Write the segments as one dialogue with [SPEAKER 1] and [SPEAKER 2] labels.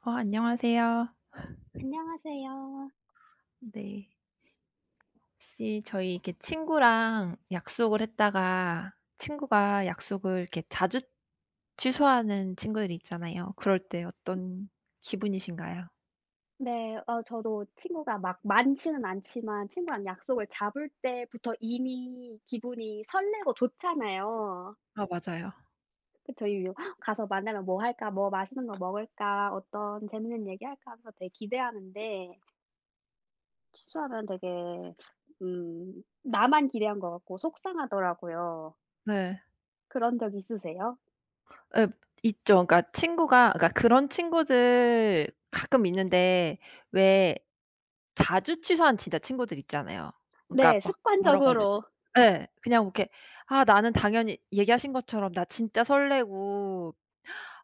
[SPEAKER 1] 안녕하세요.
[SPEAKER 2] 안녕하세요.
[SPEAKER 1] 네. 혹시 저희 이렇게 친구랑 약속을 했다가 친구가 약속을 이렇게 자주 취소하는 친구들이 있잖아요. 그럴 때 어떤 기분이신가요?
[SPEAKER 2] 네. 저도 친구가 막 많지는 않지만 친구랑 약속을 잡을 때부터 이미 기분이 설레고 좋잖아요.
[SPEAKER 1] 아, 맞아요.
[SPEAKER 2] 그쵸. 이 요 '가서 만나면 뭐 할까? 뭐 맛있는 거 먹을까? 어떤 재밌는 얘기 할까?' 하면서 되게 기대하는데 취소하면 되게 나만 기대한 것 같고 속상하더라고요.
[SPEAKER 1] 네.
[SPEAKER 2] 그런 적 있으세요?
[SPEAKER 1] 에, 있죠. 그러니까 친구가 그러니까 그런 친구들 가끔 있는데 왜 자주 취소한 진짜 친구들 있잖아요.
[SPEAKER 2] 네,
[SPEAKER 1] 그러니까 막 뭐라고 해야 되지?
[SPEAKER 2] 습관적으로.
[SPEAKER 1] 네, 그냥 뭐 이렇게 '아 나는 당연히 얘기하신 것처럼 나 진짜 설레고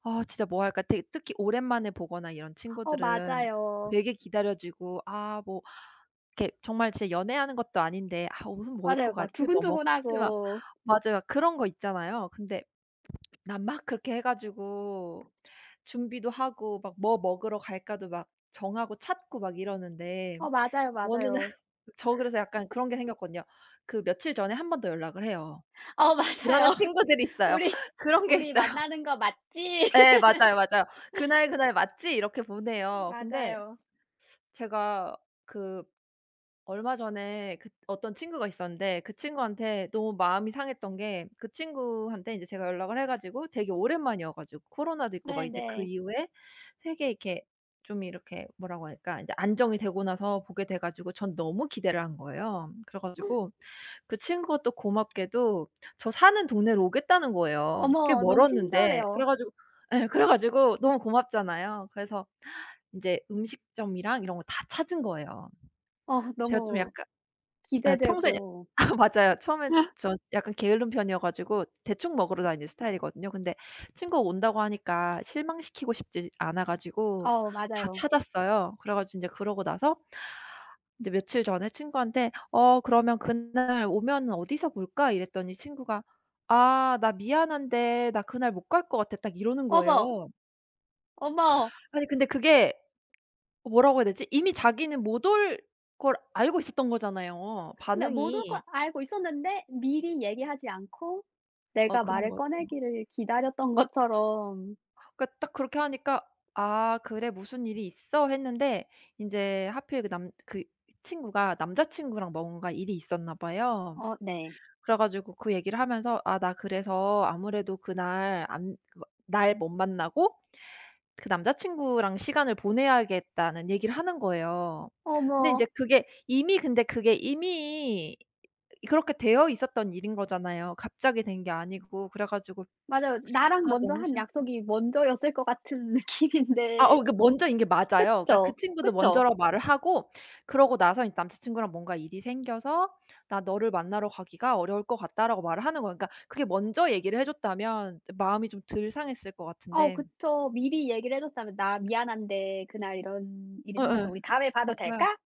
[SPEAKER 1] 아 진짜 뭐 할까? 되게 특히 오랜만에 보거나 이런
[SPEAKER 2] "어
[SPEAKER 1] 친구들은
[SPEAKER 2] 맞아요."
[SPEAKER 1] 되게 기다려지고 아 뭐 이렇게 정말 진짜 연애하는 것도 아닌데 아 옷은 뭐 입고
[SPEAKER 2] 맞아요.
[SPEAKER 1] 가지?
[SPEAKER 2] 막
[SPEAKER 1] 뭐 먹지?' 막
[SPEAKER 2] 두근두근하고.
[SPEAKER 1] 맞아요. 그런 거 있잖아요. 근데 난 막 그렇게 해 가지고 준비도 하고 막 뭐 먹으러 갈까도 막 정하고 찾고 막 이러는데
[SPEAKER 2] "어 맞아요,
[SPEAKER 1] 어느 날
[SPEAKER 2] 맞아요."
[SPEAKER 1] 저 그래서 약간 그런 게 생겼거든요. 그 며칠 전에 한 번 더 연락을 해요.
[SPEAKER 2] "어 맞아요."
[SPEAKER 1] 불안한 친구들이 있어요.
[SPEAKER 2] 우리
[SPEAKER 1] 그런 게
[SPEAKER 2] 우리
[SPEAKER 1] 있어요.
[SPEAKER 2] 만나는 거 맞지?
[SPEAKER 1] 예 맞아요, 맞아요. 그날 그날 맞지 이렇게 보내요. 근데
[SPEAKER 2] 맞아요.
[SPEAKER 1] 제가 그 얼마 전에 그 어떤 친구가 있었는데 그 친구한테 너무 마음이 상했던 게, 그 친구한테 이제 제가 연락을 해 가지고 되게 오랜만이어 가지고 코로나도 있고 막 이제 그
[SPEAKER 2] 네네.
[SPEAKER 1] 이후에 되게 이렇게 좀 이렇게 뭐라고 할까, 인제 안정이 되고 나서 보게 돼 가지고 전 너무 기대를 한 거예요. 그래 가지고 그 친구가 또 고맙게도 저 사는 동네로 오겠다는 거예요. 꽤
[SPEAKER 2] 어머, 너무
[SPEAKER 1] 멀었는데. 그래
[SPEAKER 2] 친절해요.
[SPEAKER 1] 가지고 예 그래 가지고 너무 고맙잖아요. 그래서 인제 음식점이랑 이런 거 다 찾은 거예요.
[SPEAKER 2] 어,
[SPEAKER 1] 제가 좀
[SPEAKER 2] 너무
[SPEAKER 1] 약간 예 평소에
[SPEAKER 2] 기대되고.
[SPEAKER 1] 아 맞아요. 처음엔 저 약간 게으른 편이어 가지고 대충 먹으러 다니는 스타일이거든요. 근데 친구가 온다고 하니까 실망시키고 싶지 않아 가지고
[SPEAKER 2] 어
[SPEAKER 1] 다
[SPEAKER 2] 맞아요.
[SPEAKER 1] 찾았어요. 그래 가지고 인제 그러고 나서 근데 며칠 전에 친구한테 "어 그러면 그날 오면은 어디서 볼까?" 이랬더니 친구가 "아 나 미안한데 나 그날 못 갈 것 같아." 딱 이러는
[SPEAKER 2] 어머,
[SPEAKER 1] 거예요.
[SPEAKER 2] 어머.
[SPEAKER 1] 아니 근데 그게 뭐라고 해야 되지? 이미 자기는 못 올 걸 알고 있었던 거잖아요.
[SPEAKER 2] 근데 모든 걸
[SPEAKER 1] 반응이
[SPEAKER 2] 알고 있었는데 미리 얘기하지 않고 내가
[SPEAKER 1] 그런
[SPEAKER 2] 말을
[SPEAKER 1] 거죠.
[SPEAKER 2] 꺼내기를 기다렸던 것처럼.
[SPEAKER 1] 그러니까 딱 그렇게 하니까 '아 그래 무슨 일이 있어?' 했는데 인제 하필 그 남 그 친구가 남자 친구랑 뭔가 일이 있었나 봐요.
[SPEAKER 2] 어, 네.
[SPEAKER 1] 그래 가지고 그 얘기를 하면서 "아 나 그래서 아무래도 그날 안 날 못 만나고 그 남자 친구랑 시간을 보내야겠다."는 얘기를 하는 거예요. 근데 이
[SPEAKER 2] 어머.
[SPEAKER 1] 제 그게 이미 그렇게 되어 있었던 일인 거잖아요. 갑자기 된 게 아니고. 그래 가지고
[SPEAKER 2] 맞아요. 나랑
[SPEAKER 1] 아
[SPEAKER 2] 먼저
[SPEAKER 1] 너무
[SPEAKER 2] 한
[SPEAKER 1] 신
[SPEAKER 2] 약속이 먼저였을 것 같은
[SPEAKER 1] 아 어
[SPEAKER 2] 느낌인데.
[SPEAKER 1] 그 먼저인 게 맞아요. 그러니까 그
[SPEAKER 2] 그쵸?
[SPEAKER 1] 친구도
[SPEAKER 2] 그쵸?
[SPEAKER 1] 먼저라고 말을 하고 그러고 나서 이제 남자 친구랑 뭔가 일이 생겨서 "나 너를 만나러 가기가 어려울 것 같다."라고 말을 하는 거예요. 그러니까 그게 먼저 얘기를 해 줬다면 마음이 좀 덜 상했을 것
[SPEAKER 2] 어,
[SPEAKER 1] 같은데.
[SPEAKER 2] 그쵸. 미리 얘기를 해 줬다면 "나 미안한데 그날 이런 일이 생겨서
[SPEAKER 1] 예예.
[SPEAKER 2] 우리 다음에 봐도
[SPEAKER 1] 맞아요.
[SPEAKER 2] 될까?"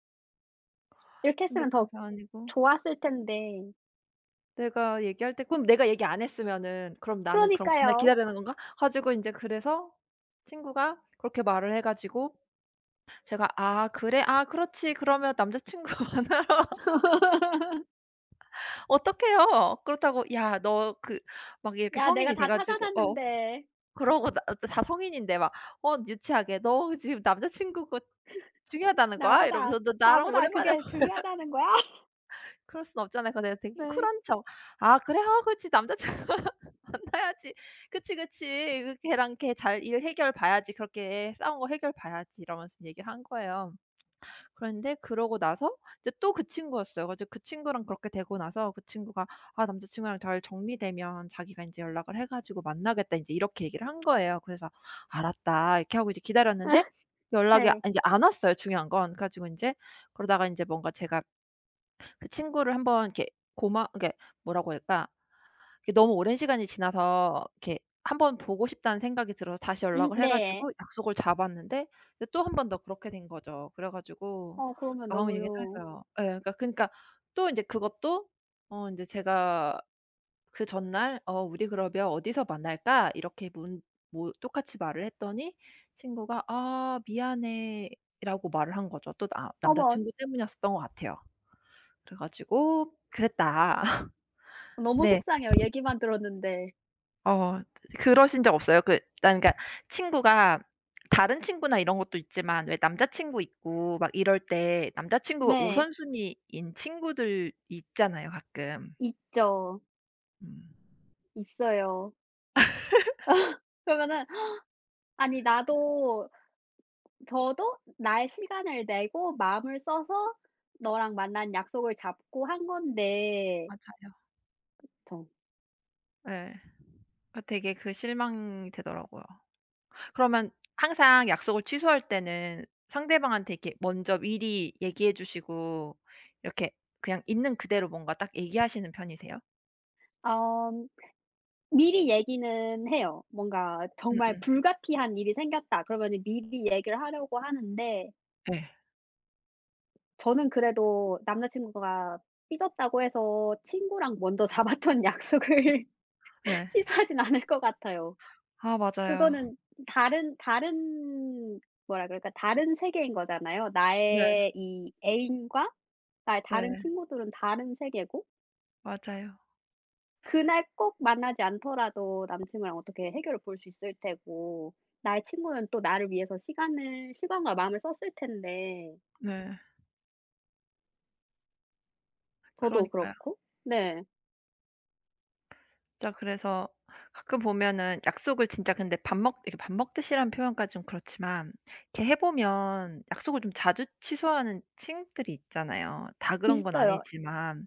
[SPEAKER 2] 이렇게
[SPEAKER 1] 근데
[SPEAKER 2] 했으면 더
[SPEAKER 1] 그게 아니고
[SPEAKER 2] 좋았을 텐데.
[SPEAKER 1] 내가 얘기할 때, 그럼 내가 얘기 안 했으면은 '그럼 나는 그럼 그날
[SPEAKER 2] 그러니까요.
[SPEAKER 1] 기다리는 건가?' 가지고 인제, 그래서 친구가 그렇게 말을 해 가지고 제가 "아 그래? 아 그렇지. 그러면 남자 친구 만나러." 어떡해요. 그렇다고 "야 너 그" 막 이렇게,
[SPEAKER 2] "야, 내가
[SPEAKER 1] 성인이 돼
[SPEAKER 2] 다 찾아
[SPEAKER 1] 가지고
[SPEAKER 2] 놨는데
[SPEAKER 1] 그러고 나 다 성인인데 막 어 유치하게 "너 지금 남자 친구가 중요하다는 거야?"
[SPEAKER 2] 나보다
[SPEAKER 1] 이러면서 "너 나랑
[SPEAKER 2] 나보다
[SPEAKER 1] 오랜만에
[SPEAKER 2] 그게
[SPEAKER 1] 봐."
[SPEAKER 2] 중요하다는 거야?"
[SPEAKER 1] 그럴 순 없잖아요. 그래서 내가 되게
[SPEAKER 2] 네.
[SPEAKER 1] 쿨한 척 "아 그래? 아 그렇지. 남자 친구 만나야지. 그치, 그치. 그 걔랑 걔 잘 일 해결 봐야지. 그렇게 싸운 거 해결 봐야지." 이러면서 얘기를 한 거예요. 그런데 그러고 나서 이제 또 그 친구였어요. 그래서 그 친구랑 그렇게 되고 나서 그 친구가 "아 남자 친구랑 잘 정리되면 자기가 인제 연락을 해 가지고 만나겠다." 인제 이렇게 얘기를 한 거예요. 그래서 "알았다." 이렇게 하고 이제 기다렸는데 연락이 아
[SPEAKER 2] 네.
[SPEAKER 1] 인제 안 왔어요, 중요한 건. 그래 가지고 인제 그러다가 인제 뭔가 제가 그 친구를 한번 이렇게 고마 그러니까 뭐라고 할까? 이게 너무 오랜 시간이 지나서 이렇게 한번 보고 싶다는 생각이 들어서 다시 연락을 해
[SPEAKER 2] 네.
[SPEAKER 1] 가지고 약속을 잡았는데 이제 또 한 번 더 그렇게 된 거죠. 그래 가지고
[SPEAKER 2] 어 그러면
[SPEAKER 1] 마음이 되게
[SPEAKER 2] 너무.
[SPEAKER 1] 상했어요. 예. 그러니까 그니까 또 인제 그것도 어 인제 제가 그 전날 "어 우리 그러면 어디서 만날까?" 이렇게 문 뭐 똑같이 말을 했더니 친구가 "아 미안해."라고 말을 한 거죠. 또 나 남자
[SPEAKER 2] 어머,
[SPEAKER 1] 친구 때문이었었던 것 같아요. 그래 가지고 "그랬다."
[SPEAKER 2] 너무
[SPEAKER 1] 네.
[SPEAKER 2] 속상해요. 얘기만 들었는데.
[SPEAKER 1] 어 그러신 적 없어요? 그 난, 그러니까 친구가 다른 친구나 이런 것도 있지만 왜 남자 친구 있고 막 이럴 때 남자 친구가
[SPEAKER 2] 네.
[SPEAKER 1] 우선순위인 친구들 있잖아요, 가끔.
[SPEAKER 2] 있죠.
[SPEAKER 1] 음.
[SPEAKER 2] 있어요. 그러면은 "아니, 나도. 저도 나의 시간을 내고 마음을 써서 너랑 만난 약속을 잡고 한 건데.
[SPEAKER 1] 맞아요.
[SPEAKER 2] 저.
[SPEAKER 1] 예. 아 되게 그 실망이 되더라고요. 그러면 항상 약속을 취소할 때는 상대방한테 이렇게 먼저 미리 얘기해 주시고 이렇게 그냥 있는 그대로 뭔가 딱 얘기하시는 편이세요?
[SPEAKER 2] 어 미리 얘기는 해요. 뭔가 정말
[SPEAKER 1] 음음.
[SPEAKER 2] 불가피한 일이 생겼다 그러면 미리 얘기를 하려고 하는데,
[SPEAKER 1] 예.
[SPEAKER 2] 저는 그래도 남자 친구가 삐졌다고 해서 친구랑 먼저 잡았던 약속을
[SPEAKER 1] 예.
[SPEAKER 2] 취소하진 않을 것 같아요.
[SPEAKER 1] 아 맞아요.
[SPEAKER 2] 그거는 다른 뭐라 그럴까? 다른 세계인 거잖아요.
[SPEAKER 1] 네.
[SPEAKER 2] 나의 이 애인과 나의 다른
[SPEAKER 1] 네.
[SPEAKER 2] 친구들은 다른 세계고,
[SPEAKER 1] 맞아요.
[SPEAKER 2] 그날 꼭 만나지 않더라도 남친구랑 어떻게 해결을 볼 수 있을 테고, 나의 친구는 또 나를 위해서 시간을 시간과 마음을 썼을 텐데.
[SPEAKER 1] 네.
[SPEAKER 2] 저도
[SPEAKER 1] 그러니까요.
[SPEAKER 2] 그렇고. 네.
[SPEAKER 1] 진짜 그래서 가끔 보면은 약속을 진짜, 근데 밥 먹 이렇게 밥 먹듯이란 표현까지 좀 그렇지만 이렇게 해 보면 약속을 좀 자주 취소하는 친구들이 있잖아요. 다 그런 건
[SPEAKER 2] 있어요.
[SPEAKER 1] 아니지만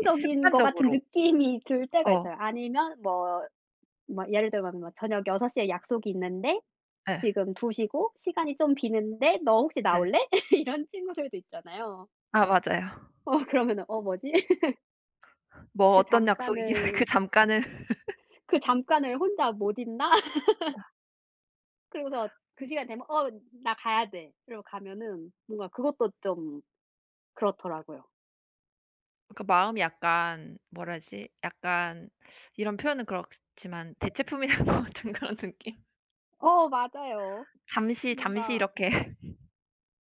[SPEAKER 1] 이렇게
[SPEAKER 2] 것 같은
[SPEAKER 1] 습관적으로
[SPEAKER 2] 느낌이 들 때가
[SPEAKER 1] 어
[SPEAKER 2] 있어요. 아니면 뭐. 예를 들면 뭐 저녁 6 시에 약속이 있는데
[SPEAKER 1] 네,
[SPEAKER 2] 지금 2 시고 시간이 좀 비는데 "너 혹시
[SPEAKER 1] 네.
[SPEAKER 2] 나올래?" 이런 친구들도 있잖아요.
[SPEAKER 1] 아 맞아요.
[SPEAKER 2] 어, 그러면은 '어, 뭐지?'
[SPEAKER 1] 뭐
[SPEAKER 2] 그
[SPEAKER 1] 어떤 약속이긴
[SPEAKER 2] 잠깐을
[SPEAKER 1] 그 잠깐을.
[SPEAKER 2] 그 잠깐을 혼자 못 있나? 그러고서 그 시간 되면 "어, 나 가야 돼." 이러고 가면은 뭔가 그것도 좀 그렇더라고요.
[SPEAKER 1] 그러니까 마음이 약간 뭐라 지 약간 이런 표현은 그렇지만 대체품이 된 것 같은 그런 느낌?
[SPEAKER 2] 어 맞아요.
[SPEAKER 1] 잠시, 잠시
[SPEAKER 2] 뭔가,
[SPEAKER 1] 이렇게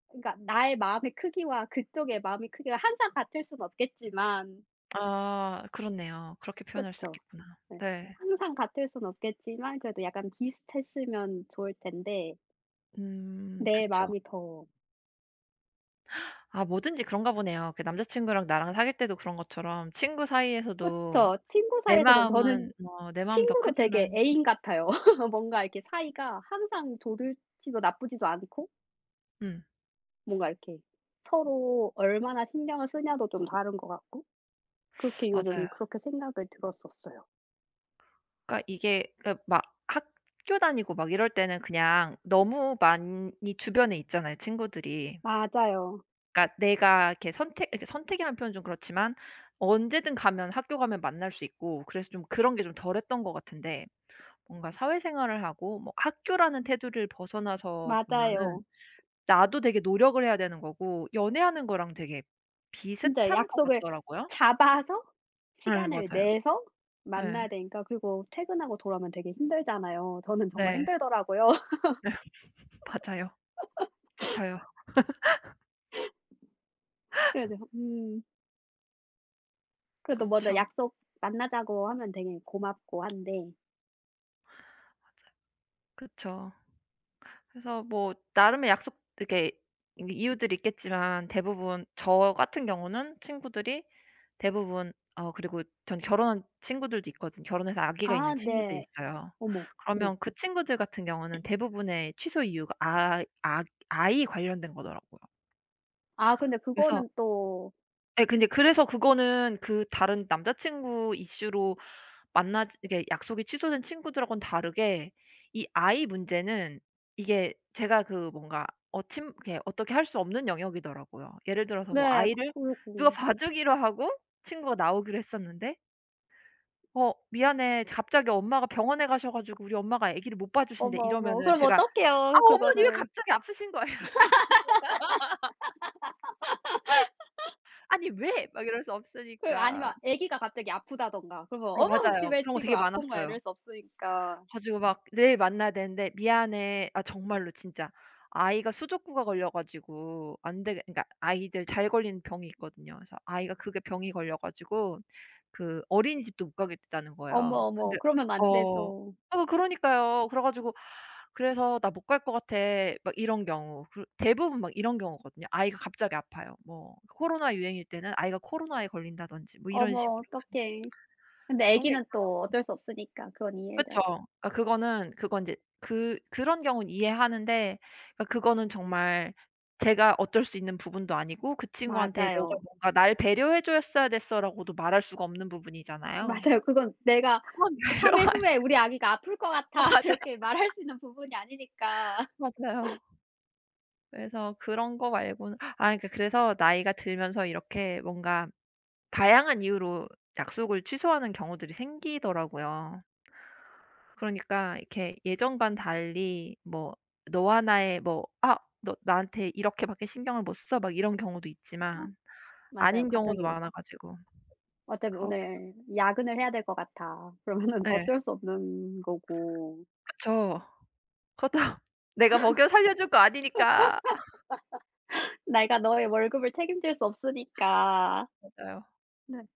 [SPEAKER 2] 그러니까 나의 마음의 크기와 그쪽의 마음의 크기가 항상 같을 수는 없겠지만.
[SPEAKER 1] 아 그렇네요. 그렇게 표현할 수
[SPEAKER 2] 그쵸.
[SPEAKER 1] 있겠구나.
[SPEAKER 2] 네.
[SPEAKER 1] 네.
[SPEAKER 2] 항상 같을 수는 없겠지만 그래도 약간 비슷했으면 좋을 텐데 내
[SPEAKER 1] 그쵸.
[SPEAKER 2] 마음이 더.
[SPEAKER 1] 아 뭐든지 그런가 보네요. 그 남자 친구랑 나랑 사귈 때도 그런 것처럼 친구 사이에서도
[SPEAKER 2] 그쵸. 친구
[SPEAKER 1] 내
[SPEAKER 2] 사이에서도 저는,
[SPEAKER 1] 마음은 내 마음은 더
[SPEAKER 2] 친구도
[SPEAKER 1] 크지만
[SPEAKER 2] 되게 애인 같아요. 뭔가 이렇게 사이가 항상 좋을지도 나쁘지도 않고,
[SPEAKER 1] 음
[SPEAKER 2] 뭔가 이렇게 서로 얼마나 신경을 쓰냐도 좀 다른 것 같고, 그렇게
[SPEAKER 1] 맞아요.
[SPEAKER 2] 요즘 그렇게 생각을 들었었어요.
[SPEAKER 1] 그러니까 이게, 그러니까 막 학교 다니고 막 이럴 때는 그냥 너무 많이 주변에 있잖아요, 친구들이.
[SPEAKER 2] 맞아요.
[SPEAKER 1] 그러니까 내가 이렇게 선택, 이렇게 선택이라는 표현은 좀 그렇지만 언제든 가면, 학교 가면 만날 수 있고, 그래서 좀 그런 게 좀 덜했던 것 같은데 뭔가 사회생활을 하고 뭐 학교라는 테두리를 벗어나서 보면은
[SPEAKER 2] 맞아요.
[SPEAKER 1] 나도 되게 노력을 해야 되는 거고 연애하는 거랑 되게
[SPEAKER 2] 진짜
[SPEAKER 1] 비슷한 것
[SPEAKER 2] 약속을
[SPEAKER 1] 같더라고요.
[SPEAKER 2] 잡아서
[SPEAKER 1] 예
[SPEAKER 2] 시간을
[SPEAKER 1] 맞아요.
[SPEAKER 2] 내서
[SPEAKER 1] 예.
[SPEAKER 2] 만나야 되니까. 그리고 퇴근하고 돌아오면 되게 힘들잖아요. 저는 정말
[SPEAKER 1] 네.
[SPEAKER 2] 힘들더라고요.
[SPEAKER 1] 네 맞아요. 지쳐요.
[SPEAKER 2] 그래서. 그래도 먼저
[SPEAKER 1] 그쵸.
[SPEAKER 2] 약속 만나자고 하면 되게 고맙고 한데.
[SPEAKER 1] 맞아요. 그쵸. 그래서 뭐 나름의 약속 이렇게 이유들이 있겠지만 대부분 저 같은 경우는 친구들이 대부분 어 그리고 전 결혼한 친구들도 있거든, 결혼해서 아기가
[SPEAKER 2] "아,
[SPEAKER 1] 있는 친구들이
[SPEAKER 2] 네."
[SPEAKER 1] 있어요.
[SPEAKER 2] 어머. 네.
[SPEAKER 1] 그러면 그 친구들 같은 경우는 대부분의 취소 이유가 아 아 아이 관련된 거더라고요.
[SPEAKER 2] 아, 근데
[SPEAKER 1] 그래서
[SPEAKER 2] 그거는 또.
[SPEAKER 1] 예 근데 그래서 그거는 그 다른 남자 친구 이슈로 만나지 이게 약속이 취소된 친구들하고는 다르게 이 아이 문제는 이게 제가 그 뭔가 어침 이렇게 어떻게 할 수 없는 영역이더라고요. 예를 들어서 뭐
[SPEAKER 2] 네.
[SPEAKER 1] 아이를 누가
[SPEAKER 2] 그리고.
[SPEAKER 1] 봐주기로 하고 친구가 나오기로 했었는데 "어 미안해. 갑자기 엄마가 병원에 가셔 가지고 우리 엄마가 아기를 못 봐 주신대."
[SPEAKER 2] 어머, 어머,
[SPEAKER 1] 이러면은
[SPEAKER 2] 그럼
[SPEAKER 1] 제가 "아
[SPEAKER 2] 어떡해요
[SPEAKER 1] 어머니 왜
[SPEAKER 2] 그거는.
[SPEAKER 1] 갑자기 아프신 거예요?" 이럴 수 없잖, "아니 왜?" 막 이럴 수
[SPEAKER 2] 그리고
[SPEAKER 1] 없으니까.
[SPEAKER 2] 아니면 아기가 갑자기 아프다든가 그러면
[SPEAKER 1] 어
[SPEAKER 2] "어머, 집
[SPEAKER 1] 맞아요.
[SPEAKER 2] 왜
[SPEAKER 1] 그런 거
[SPEAKER 2] 지금
[SPEAKER 1] 되게
[SPEAKER 2] 아픈 거야."
[SPEAKER 1] 많았어요.
[SPEAKER 2] 이럴 수 없으니까.
[SPEAKER 1] 가지고 막 내일 만나야 되는데 "미안해." 아 정말로 진짜 아이가 수족구가 걸려 가지고 안 되게 그러니까 아이들 잘 걸리는 병이 있거든요. 그래서 아이가 그게 병이 걸려 가지고 그 어린이집도 못 가겠다는
[SPEAKER 2] 어머,
[SPEAKER 1] 거예요.
[SPEAKER 2] 어머,
[SPEAKER 1] 근데
[SPEAKER 2] 그러면 안
[SPEAKER 1] 어
[SPEAKER 2] 되죠.
[SPEAKER 1] 어 그러니까요. 그래 가지고 그래서 "나 못 갈 것 같아." 막 이런 경우. 그 대부분 막 이런 경우거든요. 아이가 갑자기 아파요. 뭐 코로나 유행일 때는 아이가 코로나에 걸린다든지 뭐 이런
[SPEAKER 2] 어머,
[SPEAKER 1] 식으로.
[SPEAKER 2] 어떡해. 근데
[SPEAKER 1] 그런 게
[SPEAKER 2] 아기는 또 어쩔 수 없으니까 그건 이해해
[SPEAKER 1] 그쵸.
[SPEAKER 2] 줘야죠.
[SPEAKER 1] 그러니까 그거는 그건 이제 그 그런 경우는 이해하는데 그러니까 그거는 정말 제가 어쩔 수 있는 부분도 아니고 그 친구한테 "너가
[SPEAKER 2] 맞아요.
[SPEAKER 1] 뭔가 날 배려해 줬어야 됐어."라고도 말할 수가 없는 부분이잖아요.
[SPEAKER 2] 맞아요. 그건 내가
[SPEAKER 1] 그건
[SPEAKER 2] 3일
[SPEAKER 1] 배려
[SPEAKER 2] 후에 "우리 아기가 아플 것 같아." 이렇게
[SPEAKER 1] 맞아요.
[SPEAKER 2] 말할 수 있는 부분이 아니니까.
[SPEAKER 1] 맞아요. 그래서 그런 거 말고는 아 그러니까 그래서 나이가 들면서 이렇게 뭔가 다양한 이유로 약속을 취소하는 경우들이 생기더라고요. 그러니까 이렇게 예전과는 달리 뭐 너와 나의 뭐 '아 너 나한테 이렇게밖에 신경을 못 써.' 막 이런 경우도 있지만
[SPEAKER 2] 맞아요.
[SPEAKER 1] 아닌 경우도
[SPEAKER 2] 갑자기 어.
[SPEAKER 1] 많아 가지고
[SPEAKER 2] "어차피
[SPEAKER 1] 그렇
[SPEAKER 2] 오늘 야근을 해야 될 것 같아." 그러면은
[SPEAKER 1] 예.
[SPEAKER 2] 어쩔 수 없는 거고.
[SPEAKER 1] 그쵸. 그렇다고 내가 먹여 살려 줄 거 아니니까.
[SPEAKER 2] 내가 너의 월급을 책임질 수 없으니까.
[SPEAKER 1] 맞아요.
[SPEAKER 2] 네.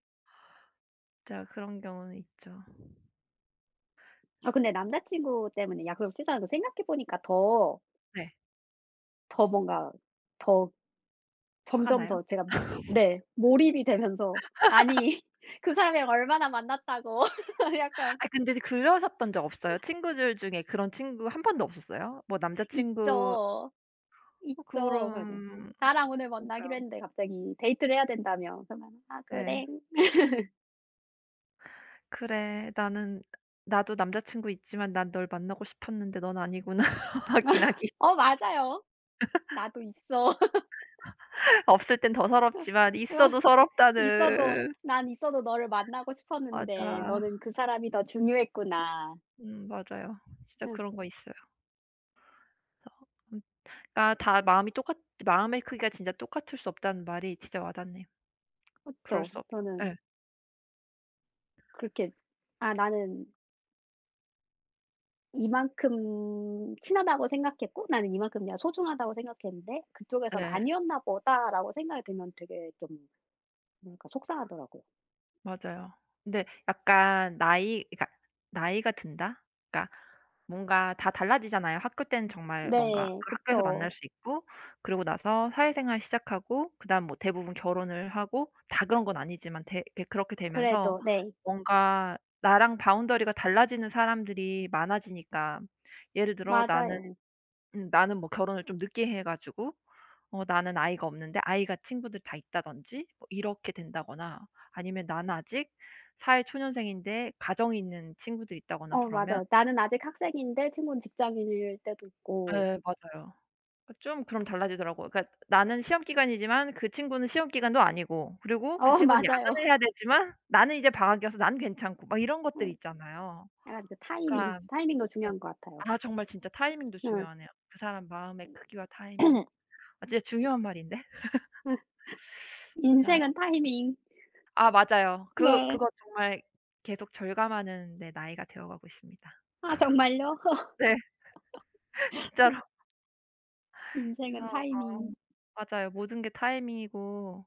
[SPEAKER 1] 진짜 그런 경우는 있죠.
[SPEAKER 2] 아, 근데 남자친구 때문에 약속을 취소한 거 생각해 보니까 더,
[SPEAKER 1] 네.
[SPEAKER 2] 더 뭔가 더
[SPEAKER 1] 화가
[SPEAKER 2] 점점
[SPEAKER 1] 나요?
[SPEAKER 2] 더 제가, 네, 몰입이 되면서 '아니, 그 사람이랑 얼마나 만났다고.' 약간.
[SPEAKER 1] 아 근데 그러셨던 적 없어요? 친구들 중에 그런 친구 한 번도 없었어요? 뭐 남자 친구
[SPEAKER 2] 있죠.
[SPEAKER 1] 어
[SPEAKER 2] 있죠. 그러죠.
[SPEAKER 1] 그런
[SPEAKER 2] "나랑 오늘 만나기로
[SPEAKER 1] 그러니까요.
[SPEAKER 2] 했는데 갑자기 데이트를 해야 된다며." 그러면 "아,
[SPEAKER 1] 네.
[SPEAKER 2] 그래."
[SPEAKER 1] 그래. 나는 나도 남자 친구 있지만 난 널 만나고 싶었는데 넌 아니구나. 하긴, 하긴.
[SPEAKER 2] 어 맞아요. 나도 있어.
[SPEAKER 1] 없을 땐 더 서럽지만
[SPEAKER 2] 그래서
[SPEAKER 1] 있어도
[SPEAKER 2] 있어도,
[SPEAKER 1] 서럽다는.
[SPEAKER 2] "난 있어도 너를 만나고 싶었는데
[SPEAKER 1] 맞아.
[SPEAKER 2] 너는 그 사람이 더 중요했구나."
[SPEAKER 1] 맞아요. 진짜
[SPEAKER 2] 응.
[SPEAKER 1] 그런 거 있어요. 그래서 음 아, 다 마음이 똑같 마음의 크기가 진짜 똑같을 수 없다는 말이 진짜 와닿네요. 그럴
[SPEAKER 2] 그쵸.
[SPEAKER 1] 수 없
[SPEAKER 2] 저는
[SPEAKER 1] 예.
[SPEAKER 2] 그렇게 '아 나는 이만큼 친하다고 생각했고 나는 이만큼 내가 소중하다고 생각했는데 그쪽에선
[SPEAKER 1] 예.
[SPEAKER 2] 아니었나 보다.'라고 생각이 들면 되게 좀, 뭐랄까, 속상하더라고요.
[SPEAKER 1] 맞아요. 근데 약간 나이, 그러니까 나이가 든다? 그러니까 뭔가 다 달라지잖아요. 학교 때는 정말 뭔가
[SPEAKER 2] 네.
[SPEAKER 1] 그 학교에서
[SPEAKER 2] 그쵸.
[SPEAKER 1] 만날 수 있고 그러고 나서 사회생활 시작하고 그다음 뭐 대부분 결혼을 하고, 다 그런 건 아니지만 대 이렇게 그렇게 되면서
[SPEAKER 2] 그래도. 네.
[SPEAKER 1] 뭔가 나랑 바운더리가 달라지는 사람들이 많아지니까. 예를 들어 나는
[SPEAKER 2] 맞아요.
[SPEAKER 1] 나는 뭐 결혼을 좀 늦게 해 가지고 어 나는 아이가 없는데 아이가 친구들 다 있다든지 뭐 이렇게 된다거나 아니면 나는 아직 사회초년생인데 가정이 있는 친구들 있다거나
[SPEAKER 2] 어
[SPEAKER 1] 그러면
[SPEAKER 2] 맞아요. 나는 아직 학생인데 친구는 직장인일 때도 있고.
[SPEAKER 1] 네 맞아요. 그 좀 그럼 달라지더라고요. 그러니까 나는 시험 기간이지만 그 친구는 시험 기간도 아니고, 그리고 그
[SPEAKER 2] 어
[SPEAKER 1] 친구는
[SPEAKER 2] 맞아요.
[SPEAKER 1] 야근을 해야 되지만 나는 이제 방학이어서 난 괜찮고 막 이런
[SPEAKER 2] 어
[SPEAKER 1] 것들이 있잖아요.
[SPEAKER 2] 약간, 그 타이밍,
[SPEAKER 1] 그러니까
[SPEAKER 2] 타이밍도
[SPEAKER 1] 그
[SPEAKER 2] 중요한 것 같아요.
[SPEAKER 1] 아, 정말 진짜 타이밍도
[SPEAKER 2] 네.
[SPEAKER 1] 중요하네요. 그 사람 마음의 크기와
[SPEAKER 2] 예.
[SPEAKER 1] 타이밍. 아 진짜 중요한 말인데. 맞아요.
[SPEAKER 2] 인생은 타이밍.
[SPEAKER 1] 아 맞아요. 그
[SPEAKER 2] 네.
[SPEAKER 1] 그거 정말 계속 절감하는 네 나이가 되어 가고 있습니다.
[SPEAKER 2] 아, 정말요?
[SPEAKER 1] 네. 진짜로. 그래서
[SPEAKER 2] 인생은
[SPEAKER 1] 어
[SPEAKER 2] 타이밍.
[SPEAKER 1] 맞아요. 모든 게 타이밍이고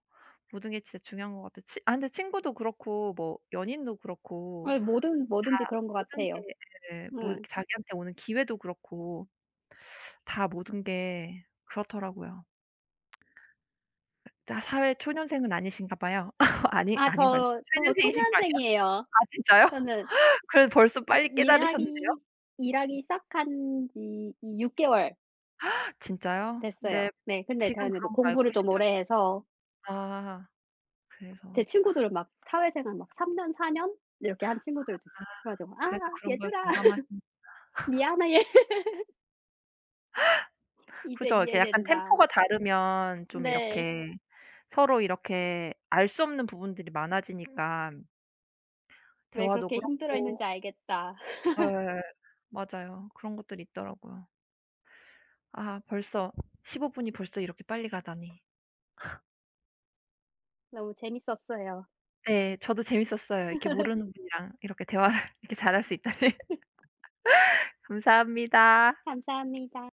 [SPEAKER 1] 모든 게 진짜 중요한 것 같아요. 치 아 근데 친구도 그렇고 뭐 연인도 그렇고
[SPEAKER 2] 예, 뭐든, 뭐든지 그런 것
[SPEAKER 1] 모든 게
[SPEAKER 2] 같아요.
[SPEAKER 1] 예 뭐
[SPEAKER 2] 예.
[SPEAKER 1] 자기한테 오는 기회도 그렇고 다 모든 게 그렇더라고요. 다 사회 초년생은 아니신가 봐요. 아니
[SPEAKER 2] 아,
[SPEAKER 1] 아닌가요?
[SPEAKER 2] 저
[SPEAKER 1] 초년생이신 거 아니에요?
[SPEAKER 2] 초년생이에요.
[SPEAKER 1] 아 진짜요?
[SPEAKER 2] 저는
[SPEAKER 1] 그래도 벌써 빨리 깨달으셨는데요?
[SPEAKER 2] 일하기 일하기 시작한 지 이 6 개월
[SPEAKER 1] 진짜요?
[SPEAKER 2] 됐어요.
[SPEAKER 1] 네.
[SPEAKER 2] 네. 근데
[SPEAKER 1] 지금
[SPEAKER 2] 저는
[SPEAKER 1] 그런 거 알고
[SPEAKER 2] 공부를 좀
[SPEAKER 1] 계시면 참 좋
[SPEAKER 2] 오래 해서,
[SPEAKER 1] 아
[SPEAKER 2] 제
[SPEAKER 1] 그래서,
[SPEAKER 2] 친구들은 막 사회생활 막 3년, 4년 이렇게 한 친구들도 있어요. 그래 가지고 "아,
[SPEAKER 1] 그래서 그런 거에
[SPEAKER 2] 얘들아,
[SPEAKER 1] 공감하시는.
[SPEAKER 2] 미안해. 이제
[SPEAKER 1] 그죠. 이렇게 약간
[SPEAKER 2] 이해된다.
[SPEAKER 1] 템포가 다르면 좀
[SPEAKER 2] 네.
[SPEAKER 1] 이렇게 서로 이렇게 알 수 없는 부분들이 많아지니까
[SPEAKER 2] 왜
[SPEAKER 1] 대화도
[SPEAKER 2] 그렇게
[SPEAKER 1] 그렇고.
[SPEAKER 2] 힘들어했는지 알겠다.
[SPEAKER 1] 예. 맞아요. 그런 것들이 있더라고요. 아 벌써 15분 분이 벌써 이렇게 빨리 가다니.
[SPEAKER 2] 너무 재밌었어요."
[SPEAKER 1] 네. 저도 재밌었어요. 이렇게 모르는 분이랑 이렇게 대화를 이렇게 잘할 수 있다니. 감사합니다.
[SPEAKER 2] 감사합니다.